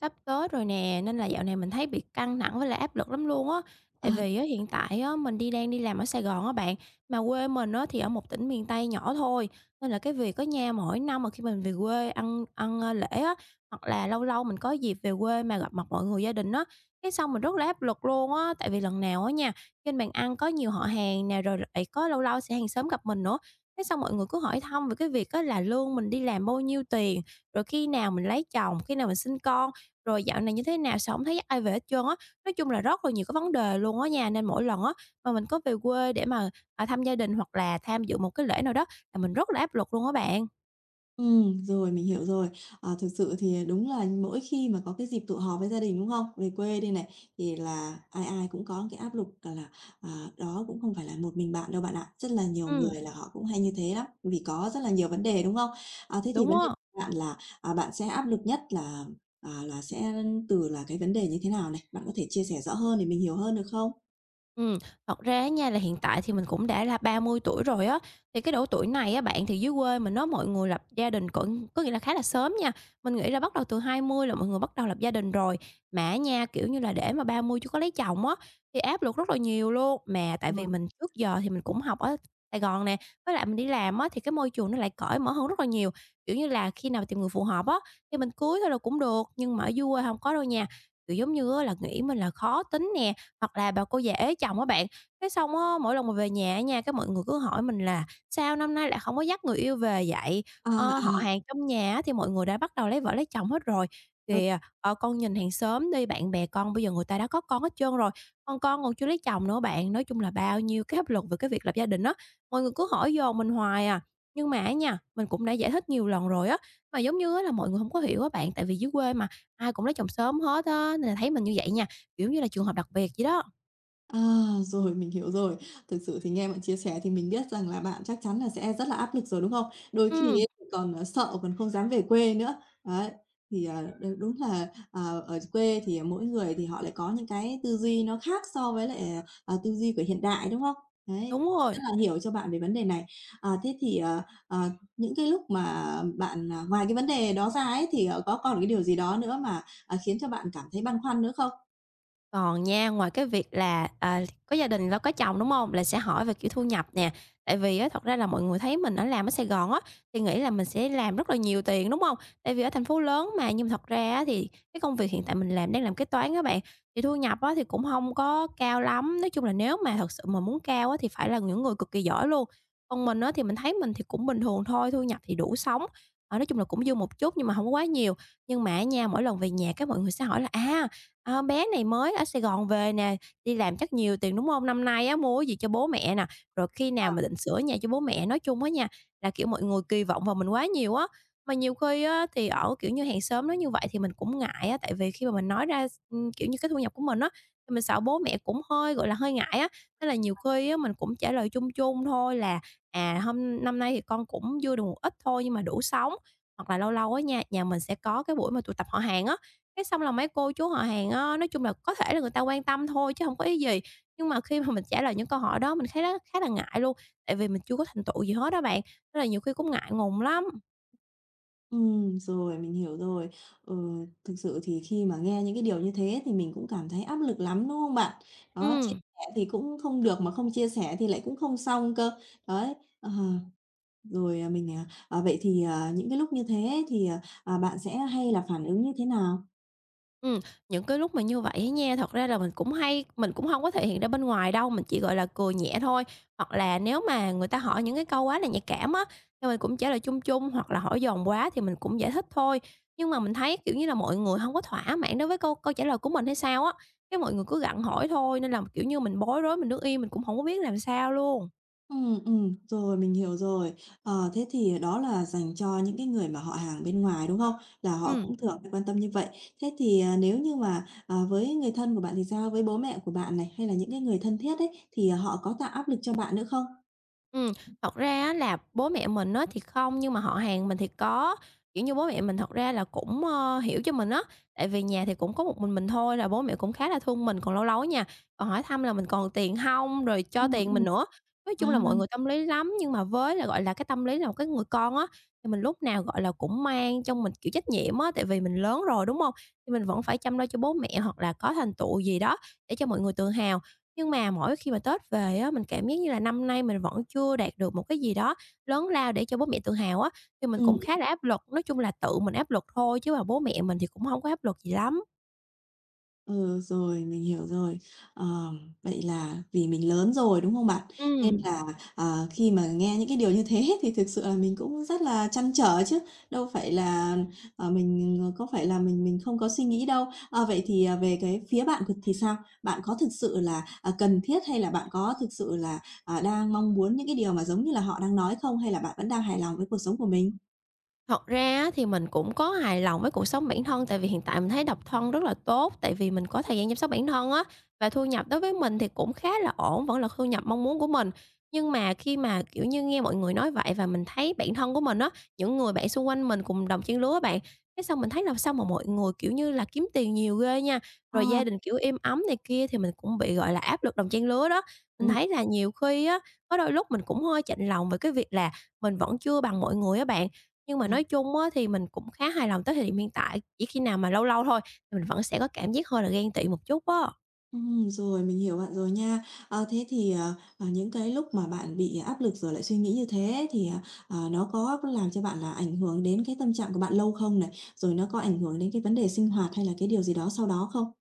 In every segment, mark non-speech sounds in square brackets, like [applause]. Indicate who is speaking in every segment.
Speaker 1: Sắp tới rồi nè, nên là dạo này mình thấy bị căng thẳng với lại áp lực lắm luôn á. Tại
Speaker 2: À,
Speaker 1: vì á, hiện tại á, mình đang đi làm ở Sài Gòn á bạn, mà quê mình á, thì ở một tỉnh miền Tây nhỏ thôi, nên là cái việc á nha, mỗi năm mà khi mình về quê ăn ăn, ơ, lễ á, hoặc là lâu lâu mình có dịp về quê mà gặp mặt mọi người gia đình á, cái xong mình rất là áp lực luôn á. Tại vì lần nào á nha, trên bàn ăn có nhiều họ hàng nè, rồi lại có lâu lâu sẽ hàng xóm gặp mình nữa, cái xong mọi người cứ hỏi thăm về cái việc á là lương mình đi làm bao nhiêu tiền, rồi khi nào mình lấy chồng, khi nào mình sinh con. Rồi dạo này như thế nào, sao không thấy ai về hết trơn á. Nói chung là rất là nhiều cái vấn đề luôn á nha, nên mỗi lần á mà mình có về quê để mà, thăm gia đình hoặc là tham dự một cái lễ nào đó là mình rất là áp lực luôn á bạn.
Speaker 2: rồi, mình hiểu rồi. Thực sự thì đúng là mỗi khi mà có cái dịp tụ họp với gia đình, đúng không? Về quê đi này, thì là ai ai cũng có cái áp lực, gọi là, đó cũng không phải là một mình bạn đâu bạn ạ. Rất là nhiều
Speaker 1: Ừm,
Speaker 2: người là họ cũng hay như thế lắm, vì có rất là nhiều vấn đề, đúng không? Thế thì
Speaker 1: đúng
Speaker 2: vấn đề
Speaker 1: á.
Speaker 2: của bạn là, bạn sẽ áp lực nhất là, à, là sẽ từ là cái vấn đề như thế nào này? Bạn có thể chia sẻ rõ hơn để mình hiểu hơn được không?
Speaker 1: Ừm, thật ra á nha là hiện tại thì mình cũng đã là 30 tuổi rồi á, thì cái độ tuổi này á bạn, thì dưới quê mình á, mọi người lập gia đình cũng có nghĩa là khá là sớm nha. Mình nghĩ là bắt đầu từ 20 là mọi người bắt đầu lập gia đình rồi, mà nha, kiểu như là, để mà 30 chưa có lấy chồng á, thì áp lực rất là nhiều luôn. Mà
Speaker 2: Ờ,
Speaker 1: tại vì mình trước giờ thì mình cũng học ở Sài Gòn nè, với lại mình đi làm á, thì cái môi trường nó lại cởi mở hơn rất là nhiều. Kiểu như là, khi nào tìm người phù hợp á, thì mình cưới thôi là cũng được, nhưng mà ở dưới quê không có đâu nha. Kiểu, giống như á là nghĩ mình là khó tính nè, hoặc là bà cô dễ chồng á bạn. Cái xong á, mỗi lần mà về nhà á nha, cái mọi người cứ hỏi mình là "Sao năm nay lại không có dắt người yêu về vậy?
Speaker 2: à,
Speaker 1: Ơ,
Speaker 2: à.
Speaker 1: họ hàng trong nhà á thì mọi người đã bắt đầu lấy vợ lấy chồng hết rồi,
Speaker 2: Ừ.
Speaker 1: kìa, "Ờ, con nhìn hàng xóm đi, bạn bè con bây giờ người ta đã có con hết trơn rồi, còn con còn chưa lấy chồng nữa bạn." Nói chung là bao nhiêu cái áp lực về cái việc lập gia đình á, mọi người cứ hỏi dồn mình hoài à. Nhưng mà á nha, mình cũng đã giải thích nhiều lần rồi á, mà giống như á là mọi người không có hiểu á bạn, tại vì dưới quê mà ai cũng lấy chồng sớm hết á, nên là thấy mình như vậy nha, kiểu như là trường hợp đặc biệt vậy đó.
Speaker 2: À, rồi, mình hiểu rồi. Thực sự thì nghe bạn chia sẻ thì mình biết rằng là bạn chắc chắn là sẽ rất là áp lực rồi, đúng không? Đôi khi
Speaker 1: Ừm,
Speaker 2: ấy thì còn, sợ còn không dám về quê nữa. Đấy, thì, ờ, đ đúng là, ở quê thì mỗi người thì họ lại có những cái tư duy nó khác so với lại, tư duy của hiện đại, đúng không? Đấy,
Speaker 1: đúng
Speaker 2: rất
Speaker 1: rồi.
Speaker 2: là hiểu cho bạn về vấn đề này. Thế thì, ờ, những cái lúc mà bạn, ngoài cái vấn đề đó ra ấy thì, có còn cái điều gì đó nữa mà, khiến cho bạn cảm thấy băn khoăn nữa không?
Speaker 1: Còn nha, ngoài cái việc là, có gia đình lo có chồng, đúng không? Là sẽ hỏi về, kiểu, thu nhập nè, tại vì á, thật ra là mọi người thấy mình ở làm ở Sài Gòn á, thì nghĩ là mình sẽ làm rất là nhiều tiền, đúng không? Tại vì ở thành phố lớn mà, nhưng mà thật ra á, thì cái công việc hiện tại mình đang làm kế toán các bạn, thì thu nhập á, thì cũng không có cao lắm. Nói chung là nếu mà thật sự mà muốn cao á, thì phải là những người cực kỳ giỏi luôn. Còn mình á, thì mình thấy mình thì cũng bình thường thôi, thu nhập thì đủ sống, ờ, nói chung là cũng dư một chút nhưng mà không có quá nhiều. Nhưng mà nha, mỗi lần về nhà các mọi người sẽ hỏi là "Ờ, bé này mới ở Sài Gòn về nè, đi làm chắc nhiều tiền, đúng hông? Năm nay á, mua cái gì cho bố mẹ nè, rồi khi nào mà định sửa nhà cho bố mẹ. Nói chung á nha, là, kiểu, mọi người kỳ vọng vào mình quá nhiều á, mà nhiều khi á, thì ở, kiểu như, hàng xóm nói như vậy thì mình cũng ngại á, tại vì khi mà mình nói ra kiểu như, cái thu nhập của mình á, thì mình sợ bố mẹ cũng hơi, gọi là, hơi ngại á. Nên là nhiều khi á, mình cũng trả lời chung chung thôi là, hôm năm nay thì con cũng dư được một ít thôi nhưng mà đủ sống. Hoặc là lâu lâu á nha, nhà mình sẽ có cái buổi mà tụ tập họ hàng á, cái xong là mấy cô chú họ hàng á, nói chung là có thể là người ta quan tâm thôi chứ hông có ý gì, nhưng mà khi mà mình trả lời những câu hỏi đó mình thấy nó khá là ngại luôn, tại vì mình chưa có thành tựu gì hết á bạn, nên là nhiều khi cũng ngại ngùng lắm.
Speaker 2: Rồi, mình hiểu rồi. Ừ, thực sự thì khi mà nghe những cái điều như thế thì mình cũng cảm thấy áp lực lắm, đúng không bạn? Đó, chia
Speaker 1: Ừm.
Speaker 2: sẻ thì cũng không được mà không chia sẻ thì lại cũng không xong cơ. Đấy, ờ, rồi, vậy thì, những cái lúc như thế thì, bạn sẽ hay là phản ứng như thế nào?
Speaker 1: Ừ, những cái lúc mà như vậy ấy nha, thật ra là mình cũng hay mình cũng không có thể hiện ra bên ngoài đâu, mình chỉ, gọi là, cười nhẹ thôi. Hoặc là nếu mà người ta hỏi những cái câu quá là nhạy cảm á, thì mình cũng trả lời chung chung, hoặc là hỏi dồn quá thì mình cũng giải thích thôi. Nhưng mà mình thấy, kiểu như là, mọi người không có thỏa mãn đối với câu câu trả lời của mình hay sao á, cái mọi người cứ gặng hỏi thôi, nên là, kiểu như, mình bối rối, mình đứng im mình cũng không có biết làm sao luôn.
Speaker 2: Ừ, rồi, mình hiểu rồi. Ờ, thế thì đó là dành cho những cái người mà họ hàng bên ngoài, đúng không? Là họ
Speaker 1: Ừ.
Speaker 2: cũng thường hay quan tâm như vậy. Thế thì, nếu như mà, với người thân của bạn thì sao? Với bố mẹ của bạn này, hay là những cái người thân thiết ấy, thì họ có tạo áp lực cho bạn nữa không?
Speaker 1: Ừm, thật ra á là bố mẹ mình á thì không, nhưng mà họ hàng mình thì có. Kiểu như, bố mẹ mình thật ra là cũng, ơ, hiểu cho mình á, tại vì nhà thì cũng có một mình thôi là bố mẹ cũng khá là thương mình, còn lâu lâu á nha, còn hỏi thăm là mình còn tiền không rồi
Speaker 2: Ừ.
Speaker 1: cho tiền mình
Speaker 2: ừm,
Speaker 1: nữa. Nói
Speaker 2: à,
Speaker 1: chung là mọi người tâm lý lắm, nhưng mà với là, gọi là, cái tâm lý là một cái người con á, thì mình lúc nào, gọi là, cũng mang trong mình, kiểu, trách nhiệm á, tại vì mình lớn rồi, đúng không? Thì mình vẫn phải chăm lo cho bố mẹ hoặc là có thành tựu gì đó để cho mọi người tự hào. Nhưng mà mỗi khi mà Tết về á, mình cảm giác như là năm nay mình vẫn chưa đạt được một cái gì đó lớn lao để cho bố mẹ tự hào á, thì mình
Speaker 2: ừm.
Speaker 1: cũng khá là áp lực. Nói chung là tự mình áp lực thôi chứ mà bố mẹ mình thì cũng không có áp lực gì lắm.
Speaker 2: Ừ, rồi, mình hiểu rồi. Ờ, vậy là vì mình lớn rồi, đúng không bạn? Nên
Speaker 1: Ừm.
Speaker 2: là, khi mà nghe những cái điều như thế [laughs] thì thực sự là mình cũng rất là trăn trở chứ, đâu phải là, có phải là mình không có suy nghĩ đâu. Ờ, vậy thì, về cái phía bạn cực thì sao? Bạn có thực sự là, cần thiết hay là bạn có thực sự là, đang mong muốn những cái điều mà giống như là họ đang nói không? Hay là bạn vẫn đang hài lòng với cuộc sống của mình?
Speaker 1: Thật ra á thì mình cũng có hài lòng với cuộc sống bản thân, tại vì hiện tại mình thấy độc thân rất là tốt, tại vì mình có thời gian chăm sóc bản thân á, và thu nhập đối với mình thì cũng khá là ổn, vẫn là thu nhập mong muốn của mình. Nhưng mà khi mà, kiểu như, nghe mọi người nói vậy và mình thấy bản thân của mình á, những người bạn xung quanh mình cùng đồng trang lứa á bạn, cái xong mình thấy là sao mà mọi người, kiểu như là, kiếm tiền nhiều ghê nha, rồi
Speaker 2: À.
Speaker 1: gia đình, kiểu, êm ấm này kia thì mình cũng bị, gọi là, áp lực đồng trang lứa đó. Mình thấy là nhiều khi á, có đôi lúc mình cũng hơi chạnh lòng về cái việc là mình vẫn chưa bằng mọi người á bạn. Nhưng mà
Speaker 2: ừ
Speaker 1: nói chung á, thì mình cũng khá hài lòng tới thời điểm hiện tại, chỉ khi nào mà lâu lâu thôi thì mình vẫn sẽ có cảm giác hơi là ghen tị một chút á.
Speaker 2: Rồi, mình hiểu bạn rồi nha. Thế thì, những cái lúc mà bạn bị áp lực rồi lại suy nghĩ như thế thì, nó có làm cho bạn là ảnh hưởng đến cái tâm trạng của bạn lâu không này? Rồi nó có ảnh hưởng đến cái vấn đề sinh hoạt hay là cái điều gì đó sau đó không?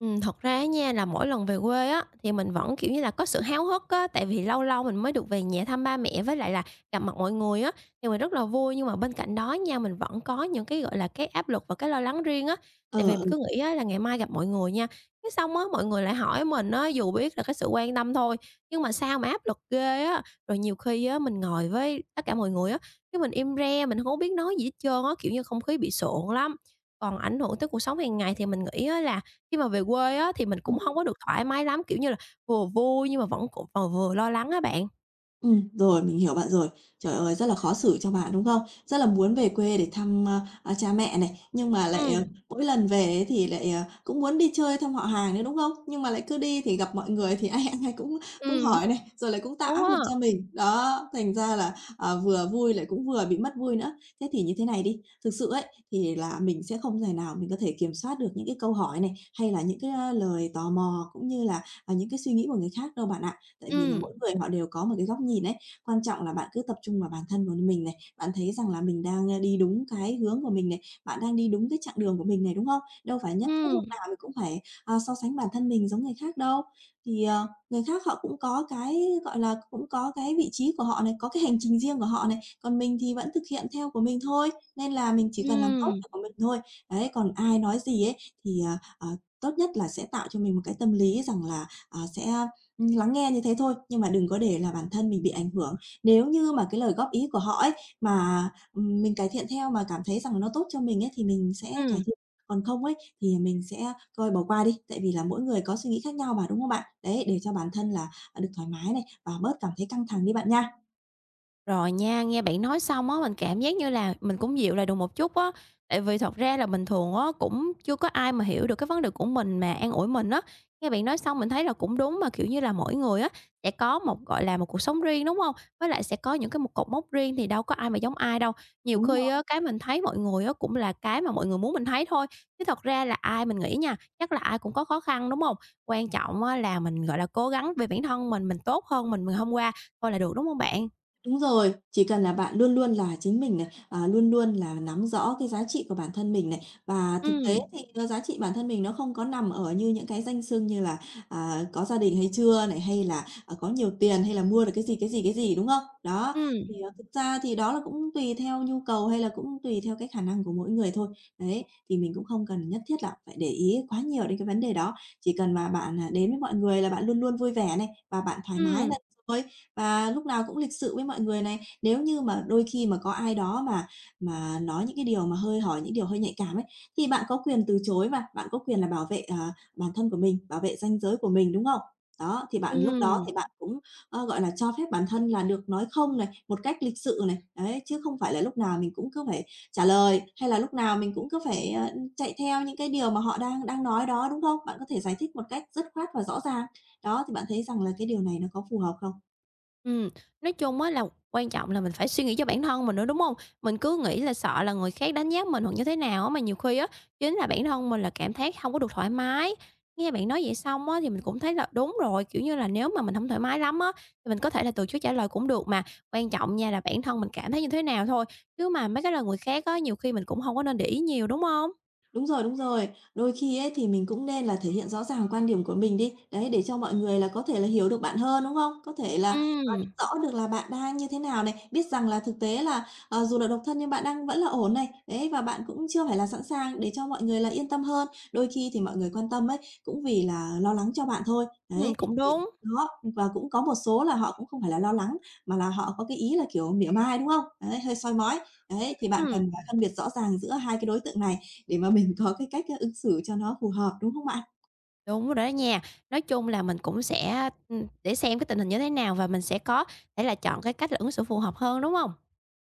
Speaker 1: Thật ra á nha là mỗi lần về quê á, thì mình vẫn, kiểu như là, có sự háo hức á, tại vì lâu lâu mình mới được về nhà thăm ba mẹ với lại là gặp mặt mọi người á, thì mình rất là vui. Nhưng mà bên cạnh đó nha, mình vẫn có những cái, gọi là, cái áp lực và cái lo lắng riêng á,
Speaker 2: Ờ,
Speaker 1: tại vì mình cứ nghĩ á là ngày mai gặp mọi người nha, cái xong á mọi người lại hỏi mình á, dù biết là cái sự quan tâm thôi, nhưng mà sao mà áp lực ghê á. Rồi nhiều khi á mình ngồi với tất cả mọi người á, cái mình im re, mình không biết nói gì hết trơn á, kiểu như, không khí bị sượng lắm. Còn ảnh hưởng tới cuộc sống hàng ngày thì mình nghĩ á là khi mà về quê á, thì mình cũng
Speaker 2: ừ.
Speaker 1: hông có được thoải mái lắm, kiểu như là, vừa vui nhưng mà vẫn cũng còn vừa lo lắng á bạn.
Speaker 2: Rồi, mình hiểu bạn rồi. Trời ơi, rất là khó xử cho bạn, đúng không? Rất là muốn về quê để thăm, cha mẹ này, nhưng mà lại,
Speaker 1: Ừm.
Speaker 2: mỗi lần về ấy thì lại, cũng muốn đi chơi thăm họ hàng nữa, đúng không? Nhưng mà lại cứ đi thì gặp mọi người thì ai [laughs] ai ai cũng cũng
Speaker 1: Ừm.
Speaker 2: hỏi này, rồi lại cũng tạo
Speaker 1: Đúng
Speaker 2: áp
Speaker 1: á.
Speaker 2: lực cho mình. Đó, thành ra là, vừa vui lại cũng vừa bị mất vui nữa. Thế thì như thế này đi, thực sự ấy, thì là mình sẽ không thể nào mình có thể kiểm soát được những cái câu hỏi này, hay là những cái, lời tò mò cũng như là, những cái suy nghĩ của người khác đâu bạn ạ. Tại vì là
Speaker 1: Ừm,
Speaker 2: mỗi người họ đều có một cái góc nhìn ấy, quan trọng là bạn cứ tập trung vào bản thân của mình này, bạn thấy rằng là mình đang, đi đúng cái hướng của mình này, bạn đang đi đúng cái chặng đường của mình này, đúng không? Đâu phải nhất thiết lúc
Speaker 1: ừm,
Speaker 2: nào mình cũng phải, so sánh bản thân mình giống người khác đâu. Thì, người khác họ cũng có cái, gọi là, cũng có cái vị trí của họ này, có cái hành trình riêng của họ này, còn mình thì vẫn thực hiện theo của mình thôi, nên là mình chỉ cần làm tốt
Speaker 1: ừm,
Speaker 2: việc của mình thôi. Đấy, còn ai nói gì ấy thì, ờ, tốt nhất là sẽ tạo cho mình một cái tâm lý rằng là, sẽ lắng nghe như thế thôi, nhưng mà đừng có để là bản thân mình bị ảnh hưởng. Nếu như mà cái lời góp ý của họ ấy, mà, mình cải thiện theo mà cảm thấy rằng nó tốt cho mình ấy, thì mình sẽ cải
Speaker 1: ừm.
Speaker 2: thiện, còn không ấy, thì mình sẽ coi bỏ qua đi, tại vì là mỗi người có suy nghĩ khác nhau mà, đúng không bạn? Đấy, để cho bản thân là, được thoải mái này, và bớt cảm thấy căng thẳng đi bạn nha.
Speaker 1: Rồi nha, nghe bạn nói xong á, mình cảm giác như là mình cũng dịu lại được một chút á. Tại vì thật ra là bình thường á, cũng chưa có ai mà hiểu được cái vấn đề của mình mà an ủi mình á. Nghe bạn nói xong mình thấy là cũng đúng mà, kiểu như là, mỗi người á, sẽ có một, gọi là, một cuộc sống riêng, đúng không? Với lại sẽ có những cái một cột mốc riêng thì đâu có ai mà giống ai đâu. Nhiều
Speaker 2: Đúng
Speaker 1: khi á, cái mình thấy mọi người á, cũng là cái mà mọi người muốn mình thấy thôi, chứ thật ra là ai mình nghĩ nha, chắc là ai cũng có khó khăn, đúng không? Quan trọng á, là mình, gọi là, cố gắng về bản thân mình tốt hơn mình hôm qua thôi là được, đúng không bạn?
Speaker 2: Đúng rồi, chỉ cần là bạn luôn luôn là chính mình này, luôn luôn là nắm rõ cái giá trị của bản thân mình này. Và thực tế
Speaker 1: Ừ.
Speaker 2: thì, giá trị bản thân mình nó không có nằm ở như những cái danh xưng như là, có gia đình hay chưa này, hay là, có nhiều tiền, hay là mua được cái gì, cái gì, cái gì, đúng không? Đó, thì,
Speaker 1: Ừm,
Speaker 2: thực ra thì đó là cũng tùy theo nhu cầu hay là cũng tùy theo cái khả năng của mỗi người thôi. Đấy, thì mình cũng không cần nhất thiết là phải để ý quá nhiều đến cái vấn đề đó, chỉ cần mà bạn, đến với mọi người là bạn luôn luôn vui vẻ này, và bạn thoải mái
Speaker 1: ừm,
Speaker 2: là được rồi và lúc nào cũng lịch sự với mọi người này. Nếu như mà đôi khi mà có ai đó mà nói những cái điều mà hơi hỏi những điều hơi nhạy cảm ấy, thì bạn có quyền từ chối mà, bạn có quyền là bảo vệ, bản thân của mình, bảo vệ ranh giới của mình, đúng không? Đó, thì bạn lúc đó
Speaker 1: ừm,
Speaker 2: thì bạn cũng, gọi là, cho phép bản thân là được nói không này, một cách lịch sự này, đấy, chứ không phải là lúc nào mình cũng cứ phải trả lời, hay là lúc nào mình cũng cứ phải, chạy theo những cái điều mà họ đang đang nói đó, đúng không? Bạn có thể giải thích một cách dứt khoát và rõ ràng. Đó, thì bạn thấy rằng là cái điều này nó có phù hợp không?
Speaker 1: ừm. Nói chung á là quan trọng là mình phải suy nghĩ cho bản thân mình nữa, đúng hông? Mình cứ nghĩ là sợ là người khác đánh giá mình hoặc như thế nào á, mà nhiều khi á, chính là bản thân mình là cảm thấy hông có được thoải mái. Nghe bạn nói vậy xong á, thì mình cũng thấy là đúng rồi, kiểu như là, nếu mà mình hổng thoải mái lắm á, thì mình có thể là từ chối trả lời cũng được mà. Quan trọng nha là bản thân mình cảm thấy như thế nào thôi, chứ mà mấy cái lời người khác á, nhiều khi mình cũng hông có nên để ý nhiều, đúng hông?
Speaker 2: Đúng rồi, đúng rồi. Đôi khi ấy, thì mình cũng nên là thể hiện rõ ràng quan điểm của mình đi, đấy, để cho mọi người là có thể là hiểu được bạn hơn, đúng không? Có thể là, biết
Speaker 1: Ừm,
Speaker 2: rõ được là bạn đang như thế nào này, biết rằng là thực tế là, dù là độc thân nhưng bạn đang vẫn là ổn này, đấy, và bạn cũng chưa phải là sẵn sàng để cho mọi người là yên tâm hơn. Đôi khi thì mọi người quan tâm ấy, cũng vì là lo lắng cho bạn thôi, đấy,
Speaker 1: cũng
Speaker 2: thì
Speaker 1: đúng.
Speaker 2: đó, và cũng có một số là họ cũng không phải là lo lắng, mà là họ có cái ý là, kiểu, mỉa mai, đúng không? Đấy, hơi soi mói. Đấy, thì bạn
Speaker 1: Ừm.
Speaker 2: cần phải phân biệt rõ ràng giữa hai cái đối tượng này để mà mình có cái cách, ứng xử cho nó phù hợp, đúng không bạn?
Speaker 1: Đúng rồi đó nha. Nói chung là mình cũng sẽ, để xem cái tình hình như thế nào và mình sẽ có thể là chọn cái cách là ứng xử phù hợp hơn, đúng không?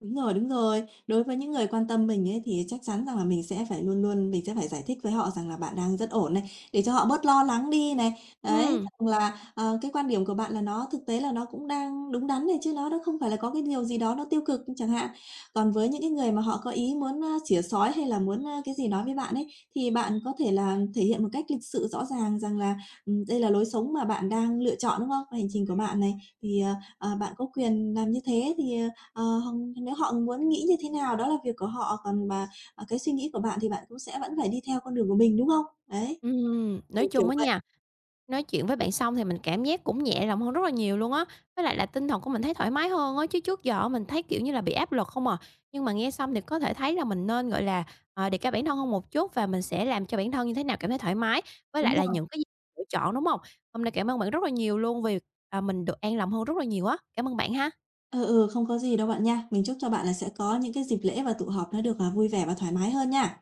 Speaker 2: Đúng rồi, đúng rồi. Đối với những người quan tâm mình ấy thì chắc chắn rằng là mình sẽ phải luôn luôn mình sẽ phải giải thích với họ rằng là bạn đang rất ổn này, để cho họ bớt lo lắng đi này. Đấy,
Speaker 1: Ừm,
Speaker 2: rằng là, cái quan điểm của bạn là nó thực tế là nó cũng đang đúng đắn này chứ nó không phải là có cái điều gì đó nó tiêu cực chẳng hạn. Còn với những cái người mà họ có ý muốn, xỉa xói hay là muốn, cái gì nói với bạn ấy, thì bạn có thể là thể hiện một cách lịch sự rõ ràng rằng là, đây là lối sống mà bạn đang lựa chọn, đúng không? Và hành trình của bạn này, thì, bạn có quyền làm như thế thì, Ờ, nếu họ muốn nghĩ như thế nào đó là việc của họ, còn mà, cái suy nghĩ của bạn thì bạn cũng sẽ vẫn phải đi theo con đường của mình, đúng không? Đấy,
Speaker 1: nói chung
Speaker 2: kiểu
Speaker 1: á
Speaker 2: vậy.
Speaker 1: nha, nói chuyện với bạn xong thì mình cảm giác cũng nhẹ lòng hơn rất là nhiều luôn á, với lại là tinh thần của mình thấy thoải mái hơn á, chứ trước giờ mình thấy, kiểu như là, bị áp lực không à. Nhưng mà nghe xong thì có thể thấy là mình nên, gọi là, ờ, đề cao bản thân hơn một chút và mình sẽ làm cho bản thân như thế nào cảm thấy thoải mái, với
Speaker 2: Đúng
Speaker 1: lại là
Speaker 2: rồi.
Speaker 1: những cái lựa chọn, đúng không? Hôm nay cảm ơn bạn rất là nhiều luôn vì, à, mình được an lòng hơn rất là nhiều á. Cảm ơn bạn ha.
Speaker 2: Ừ, ừ, không có gì đâu bạn nha. Mình chúc cho bạn là sẽ có những cái dịp lễ và tụ họp nó được, vui vẻ và thoải mái hơn nha.